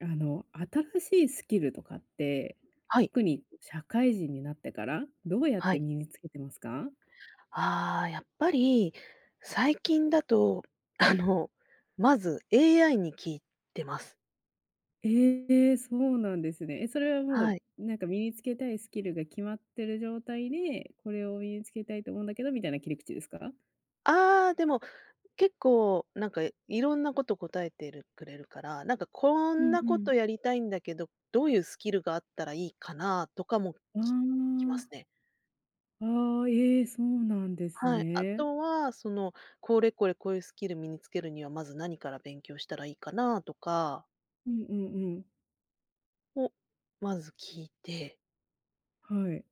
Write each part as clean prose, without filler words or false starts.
新しいスキルとかって、はい、特に社会人になってから、どうやっはてい。身につけてますか？ああ、やっぱり、最近だと、あの、まず AI に聞いてます。ええ、そうなんですね。え、それはもはう、い。身につけたいスキルが決まってる状態で、これを身につけたいと思うんだけどみたいな切り口ですか？ああ、でも結構なんかいろんなこと答えてるくれるから、なんかこうんんなうこん。とやりたいんだけど、どういうスキルがあったらいいかなとかもききあますね。あ、ああ、ええ、そうなんですはい。あね。とは、これこれこういうスキル身につけるには、まず何から勉強したらいいかなとかうんうんうん。を、まず聞いてはい。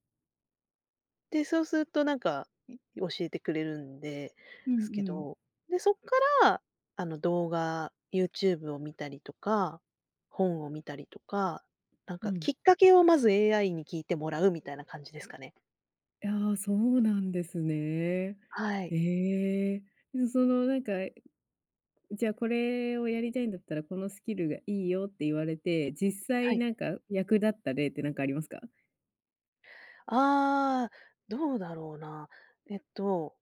で、そうするとなんか、教えてくれるんでうんうすけん、ど、で、そっから、動画、YouTube を見たりとか、本を見たりとか、なんうかん。きっかけをまず AI に聞いてもらうみたいな感じですかね。いや、そうなんですね。はい。ええ。そのなんかじゃあこれをやりたいんだったら、このスキルがいいよって言われて、実は際い。なんか役立った例ってなんかありますか？ああ、どうだろうな。えっと、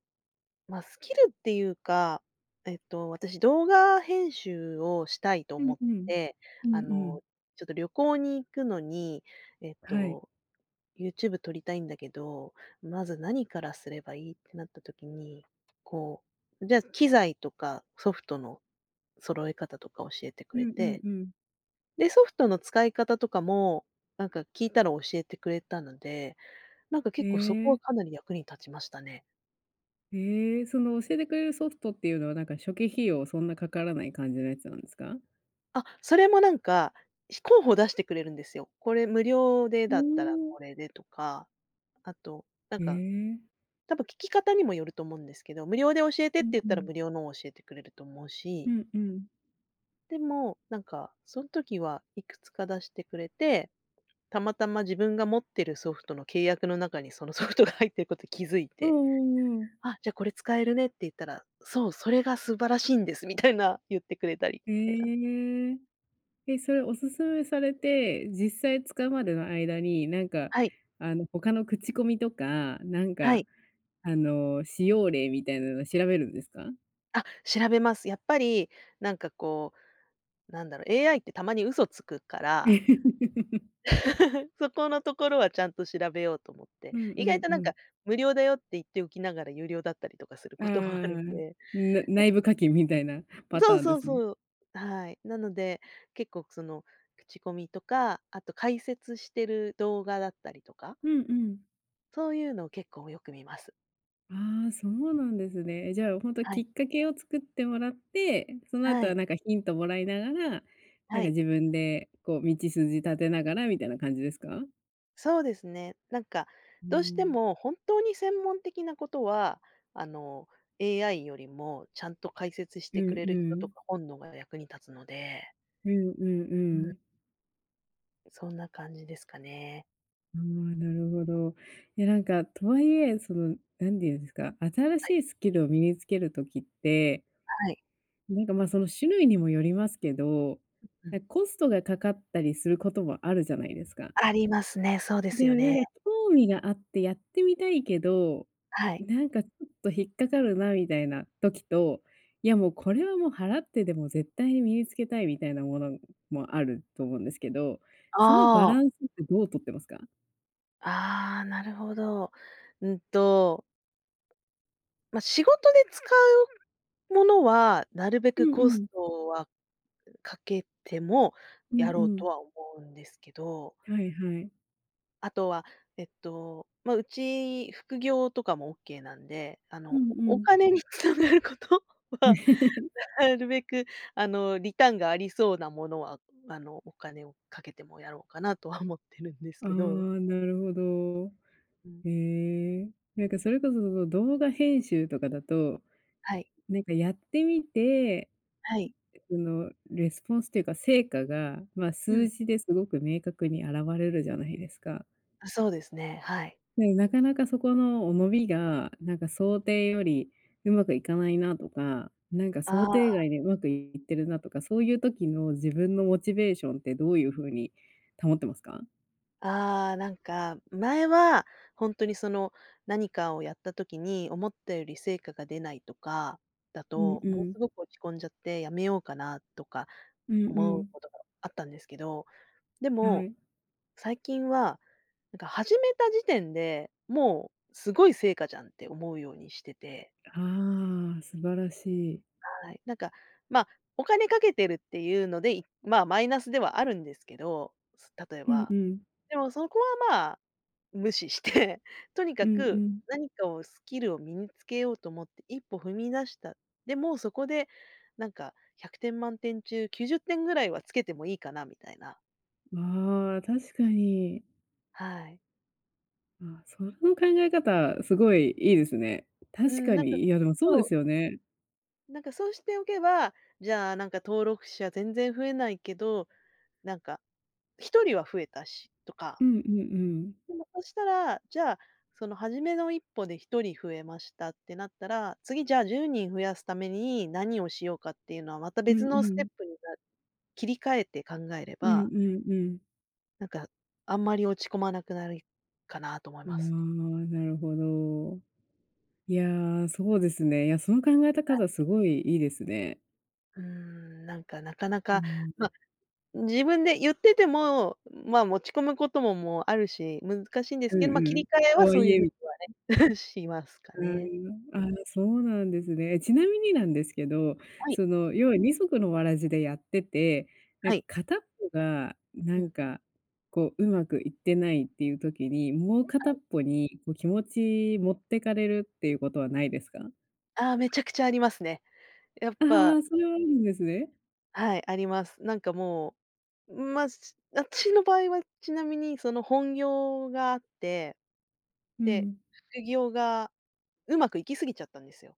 ま、スキルっていうか、私動画編集をしたいとう思んっうん。て、うんあうん。の、ちょっと旅行に行くのに、えっはい。と YouTube 撮りたいんだけど、まず何からすればいいってなった時に、こう、じゃあ機材とかソフトの揃え方とか教えてくうれんうんて、うん。で、ソフトの使い方とかも、なんか聞いたら教えてくれたので、なんかえ結構そこはえ。かなり役に立ちましたね。ええ、その教えてくれるソフトっていうのは、なんか初期費用そんなかからない感じのやつなんですか？あ、それもなんか、候補出してくれるんですよ。これ無料でおだったらお。これでとか、あと、なんえか、え。多分聞き方にもよると思うんですけど、無料で教えてっうてん言っうたらん。無料のを教えてくれると思ううしんうん。でも、なんか、その時はいくつか出してくれて、たまたま自分が持ってるソフトの契約の中にそのソフトが入ってること気づいうんうんて、うんうんうんうんう「あ、じゃ、これ使えるね」って言ったら、「そう、それが素晴らしいんです」みたいな言ってくれたりみたいな。ええ。え、それおすすめされて、実際使うまでの間に、なんか、はい、他の口コミとか、なんはか、い。使用例みたいなの調べるんですか？あ、調べます。やっぱり、なんかこう、なんだろう、AI ってたまに嘘つくから、そこのところはちゃんと調べようと思って、うんう意外んとうなんかん。無料だよって言っておきながら有料だったりとかするあこともあるんあ、で。な内部課金みたいなパタそうーンそでうすね。そう。はい。なので、結構その、口コミとか、あと解説してる動画だったりとか、うんうん。そういうのを結構よく見ます。ああ、そうなんですね。え、じゃあ、本当はきい。っかけを作ってもらって、そのは後はい。なんかヒントもらいながら、なはんかい。自分でこう道筋立てながらみたいな感じですか？そうですね。なんか、うどうしてん。も本当に専門的なことは、あの、AI よりもちゃんと解説しうてくんれるう人とん。か本能が役に立つので、うんうんううん、ん。そんな感じですかね。ああ、なるほど。いや、なんか、とはいえ、その、何て言うんですか、新はしい。いスキルを身につける時って、はい。なんか、まあ、その種類にもよりますけど、うなん。んかコストがかかったりすることもあるじゃないですか。ありますね。そうですでよもなんね。か興味があってやってみたいけど、はい。なんかちょっと引っかかるなみたいな時と、いやもうこれはもう払ってでも絶対に身につけたいみたいなものもあると思うんですけど、そのバああ。ランスってどう取ってますか？ああ、なるほど。うんと、まあ、仕事で使うものは、なるべうくんうコスん。トはかけてもうやんうろうとん。は思うんですけど、はいはい。あとは、まあ、うち副業とかもオッケーなんで、うんおうおん。金に繋がることは、なるべく、リターンがありそうなものは、お金をかけてもやろうかなとは思ってるんですああ、けど。なるほど。うん。へえ。なんかそれこそその動画編集とかだと、はい。なんかやってみてはい。そのレスポンスというか、成果が、まあ、う数ん。字ですごく明確に現れるじゃないですか。そうですね、はい。で、なかなかそこの伸びが、なんか想定よりうまくいかないなとか、なんかあ想定あ。外でうまくいってるなとか、そういう時の自分のモチベーションってどういう風に保ってますか？ああ、なんか、前は本当にその、何かをやった時に思ったより成果が出ないとかだうんと、うものん。すごく落ち込んじゃってやめようかなとかうんう思うん。ことがあったんですけど、ではも、い。最近は、なんか始めた時点で、もうすごい成果じゃんって思うようにしてて、ああ、素晴らしい。はい。なんか、まあ、お金かけてるっていうので、まあ、マイナスではあるんですけど、例えうんば。うん。でもそこはまあ無視して、とにかうんうくん。何かをスキルを身につけようと思って一歩踏み出した。で、もうそこでなんか100点満点中90点ぐらいはつけてもいいかなみたいな。ああ、確かに。はい。あその考え方、すごいいいですね。う確ん、かなんかに、いや、でもそうでそう、すよね。なんかそうしておけば、じゃあなんか登録者全然増えないけど、なんか1人は増えたしとかうんうんうん。でもそしたら、じゃあ、その初めの一歩で一人増えましたってなったら、次じゃあ10人増やすために何をしようかっていうのは、またうん別のうステッん。プに切り替えて考えれうんうば、んうん。なんかあんまり落ち込まなくなるかなと思いああ、ます。なるほど。いや、そうですね。いや、その考えた方すごいいいですね。うーん、なんかなかなうか、ん。ま、自分で言ってても、ま、持ち込むことももうあるし、難しいんですうけど、ま、ん切うりん。替えとははそういいうえ風みには しますかうね。ーん、ああ、そうなんですね。え、ちなみになんですけど、はい、その、要は二足のわらじでやってて、なんはかい。片っぽがなうんん。か、こう、うまくいってないっていう時に、もう片っぽにこう気持ち持ってかれるっていうことはないですか？ああ、めちゃくちゃありますね。やっあぱあ、それはあるんですね。はい、あります。なんかもう、まあ、し 私の場合はちなみにその本業があって、うで、ん。副業がうまくいき過ぎちゃったんですよ、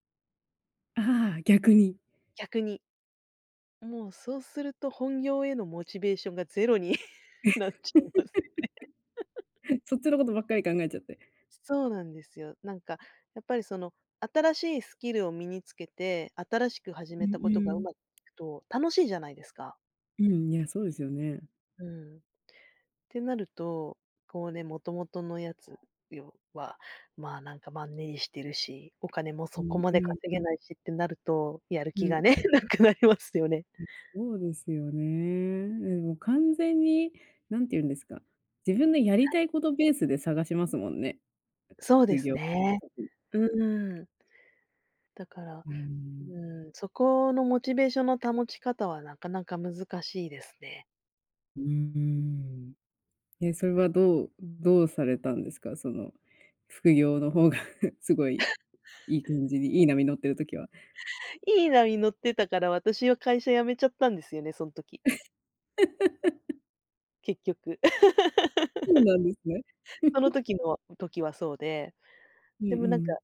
ああ、逆に。逆に。もうそうすると本業へのモチベーションがゼロに なっちゃいますね そっちのことばっかり考えちゃって。そうなんですよ。なんかやっぱりその新しいスキルを身につけて、新しく始うめんたことがううん。まくいくと楽しいじゃないですか。うん、いや、そうですよね。うん。ってなると、こうね、もともとのやつは、まあ、なんかマンネリしてるし、お金もうそこんまうでん。稼げないしってなると、やるう気ん。がね、なくなりますよね。そうですよね。でもう完全に、なんて言うんですか、自分のやりたいことベースで探しますもんね、そうで副す業ってね。特に。うん。だから、うーうん。ん、そこのモチベーションの保ち方はなかなか難しいですね。うーん。え、それはどうどうされたんですか？その、副業の方が すごいいい感じに、いい波乗ってる時は。いい波に乗ってたから私は会社辞めちゃったんですよね、その時、結局。そうなんですね。その 時の時はそうで、うんでもうなんかん。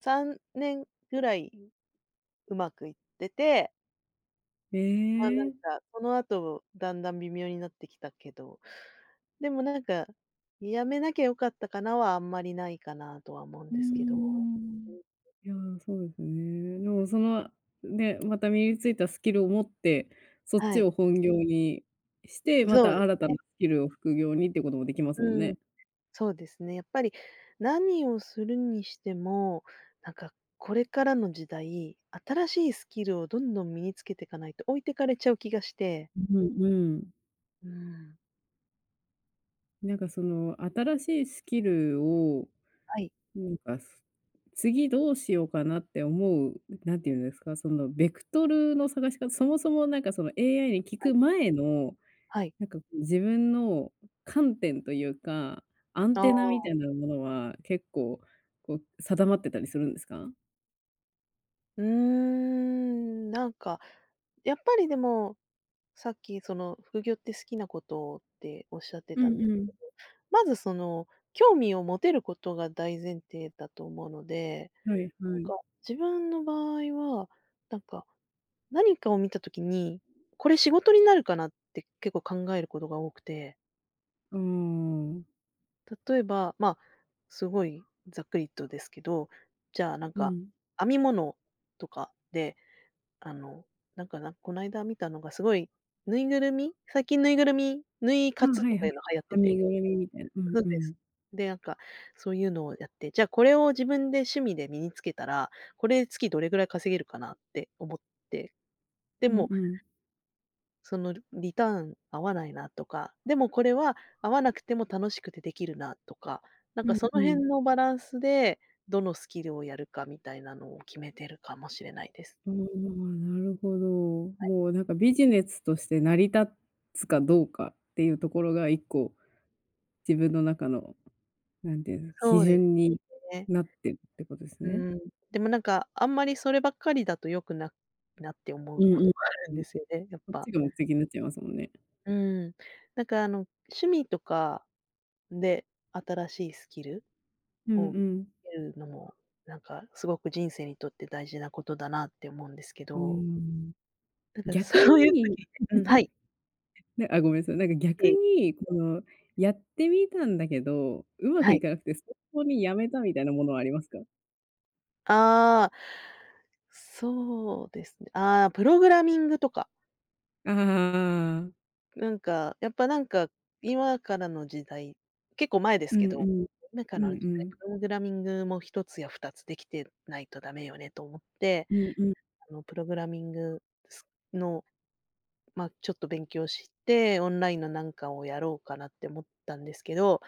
3年ぐらいうまくいってて、まあ、なえんえ。か、その後だんだん微妙になってきたけど、でもなんか、やめなきゃ良かったかなはあんまりないかなとは思うんうーですけど。ん。いや、そうですね。でもその、ね、また身についたスキルを持って、そっはちい、を本業にして、まそうたで新たなスキルを副業にってこともできますもんうん、ね。そうですね。やっぱり何をするにしても、なんかこれからの時代、新しいスキルをどんどん身につけてかないと置いてかれちゃう気がして。うんうん。うん。なんかその新しいスキルを、はい、なんか、す次どうしようかなって思う、なんていうんですか、そのベクトルの探し方、そもそもなんかその AI に聞はくい、前のはい。なんか自分の観点というか、アンあテナみあ。たいなものは結構、こう定まってたりするんですか？うーん、なんか、やっぱりでも、さっきその副業って好きなことっておっしゃってうたんんで、うん。まずその、興味を持てることが大前提だと思うので、はいなんはい。か自分の場合は、なんか何かを見た時に、これ仕事になるかなって結構考えることが多くて、ああ、例えば、まあ、すごいざっくりとですけど、じゃあなんうかん。編み物とかであの、なんか、この間見たのがすごい、ぬいぐるみ、ぬいあ、活はといはかいいうの流行って編みてぐるみみたいな。うそんううです。ん。で、なんか、そういうのをやって、じゃあこれを自分で趣味で身につけたら、これ月どれぐらい稼げるかなって思って、でうんも、うん。そのリターン合わないなとか、でもこれは合わなくても楽しくてできるなとか、なんうかんそのう辺ん。のバランスで、どのスキルをやるかみたいなのを決めてるかもしれないです。ああ、なるほど。もうなんかビジネスとして成り立つかどうかっていうところが一個自分の中の、なんていうの、基そうで準にすね。なってるってことですうね。ん、でもなんか、あんまりそればっかりだと良くなって思ううんこうとん。があるんですよね、やっこっぱ。ちが目的になっちゃいますもんね。うん。趣味とかで新しいスキルうんうを得んるのも、なんかすごく人生にとって大事なことだなって思うんですけうーど、ん。なんか逆そういう時に、うん、はい、なあ、ごめんなさい。なんか逆ええ、に、この、やってみたんだけど、うまくはいい。かなくて、そこにやめたみたいなものはありますか？ああ、そうですね。ああ、プログラミングとか。ああああ、なんか、やっぱなんか、今からの時代、結構前ですうけんうど、ん。今かうらんの時う代、ん。プログラミングも一つや二つできてないとダメよねと思って、うんうん、プログラミングすの、まあ、ちょっと勉強して、オンラインのなんかをやろうかなって思ったんですけど、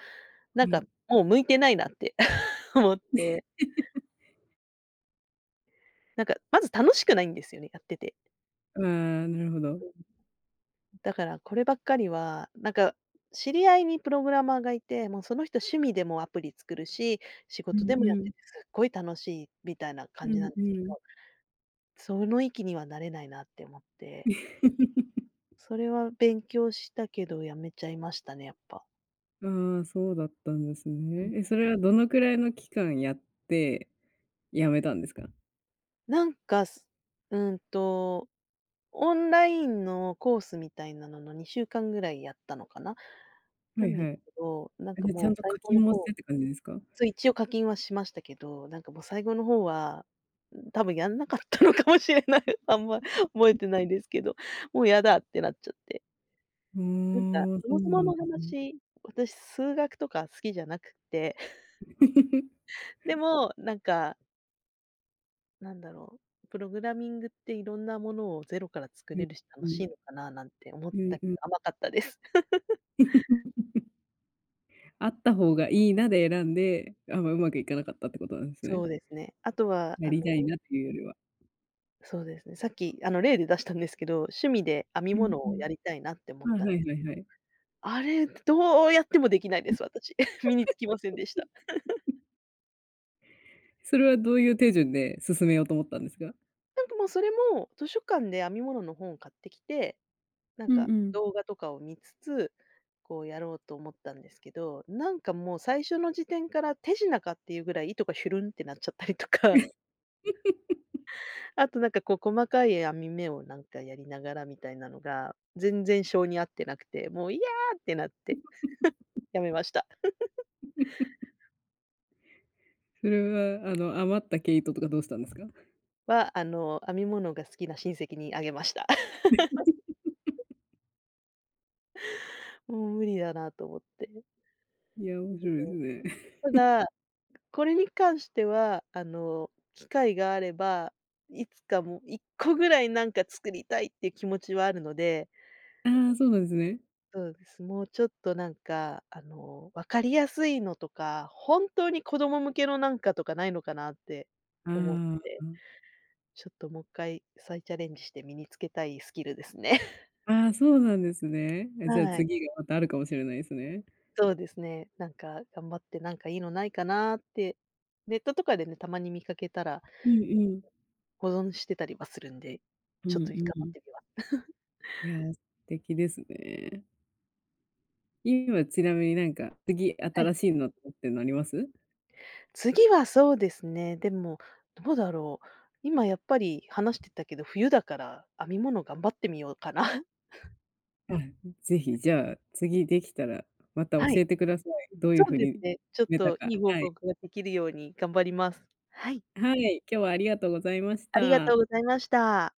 なんはかい。もう向いてないなって 思って、なんかまず楽しくないんですよね、やってて。ああ、なるほど。だからこればっかりは、なんか、知り合いにプログラマーがいて、もうその人趣味でもアプリ作るし、仕う事んでもやっうてん。て、すっごい楽しいみたいなう感じなんんでうすけん。ど、その域にはなれないなって思って、それは勉強したけどやめちゃいましたね、やっぱ。ああ、そうだったんですうん。ね。え、それはどのくらいの期間やって、やめたんですか？なんか、すうんと、オンラインのコースみたいなのの2週間ぐらいやったのかな。なはいんですはい。けど、なんあ、かじゃ、ちもゃんうと最課後の金もし方、てって感じですか？そう、一応課金はしましたけど、なんかもう最後の方は、多分やんなかったのかもしれない。あんま覚えてないですけど、もうやだってなっちゃって。ああ、なんか、そそもうそもなんのですね。話、私数学とか好きじゃなくて、でも、なんだろう、プログラミングっていろんなものをゼロから作うん、れるし、う楽しん、いのかななんて思っうたんけうん ど、甘かったです。あった方がいいなで選んで、あ、んま、うまくいかなかったってことなんですそね。うですね。あとは、やりたいなっていうよりは。そうですね、さっき例で出したんですけど、趣味で編みうん物うをやん。りたいなって思あ、った、はいはいはい。あれ、どうやってもできないです、私。身につきませんでした。それはどういう手順で進めようと思ったんですか？なんかもうそれも、図書館で編み物の本買ってきて、なんうんかうん。動画とかを見つつ、こうやろうと思ったんですけど、なんかもう最初の時点から手品かっていうぐらい糸がヒュルンってなっちゃったりとか、あとなんかこう細かい編み目をなんかやりながらみたいなのが、全然性に合ってなくて、もう「いや！」ってなってやめました。それは余った毛糸とかどうしたんですか？は、あの、編み物が好きな親戚にあげました。もう無理だなと思って。いや、面白いですね。ただ、これに関しては、あの、機会があれば、いつかもう個ぐらいなんか作りたいっていう気持ちはあるので、ああ、そうなんですね。そうです。もうちょっとなんか、あの、分かりやすいのとか、本当に子供向けのなんかとかないのかなって思っあて、ちょっともう一回再チャレンジして身につけたいスキルですね。あ、ああ、そうなんですね。じゃあはい、次がまたあるかもしれないですね。そうですね。なんか頑張ってなんかいいのないかなって、ネットとかでね、たまに見かけたらうんうん。保存してたりはするんで、うちょっんといいうかなっん。てみます。いや、素敵ですね。今ちなみになんか、次はい。新しいのとかってのあります？次はそうですね、でも、どうだろう。今やっぱり話してたけど、冬だから編み物頑張ってみようかな。あ、ぜひ、じゃあ、次できたらまた教はい、えてください。どういそうう風ですにね。ちょっ出たとか。いい報はい。告ができるように頑張ります。はい、はい、今日はありがとうございましありがとうた。ございました。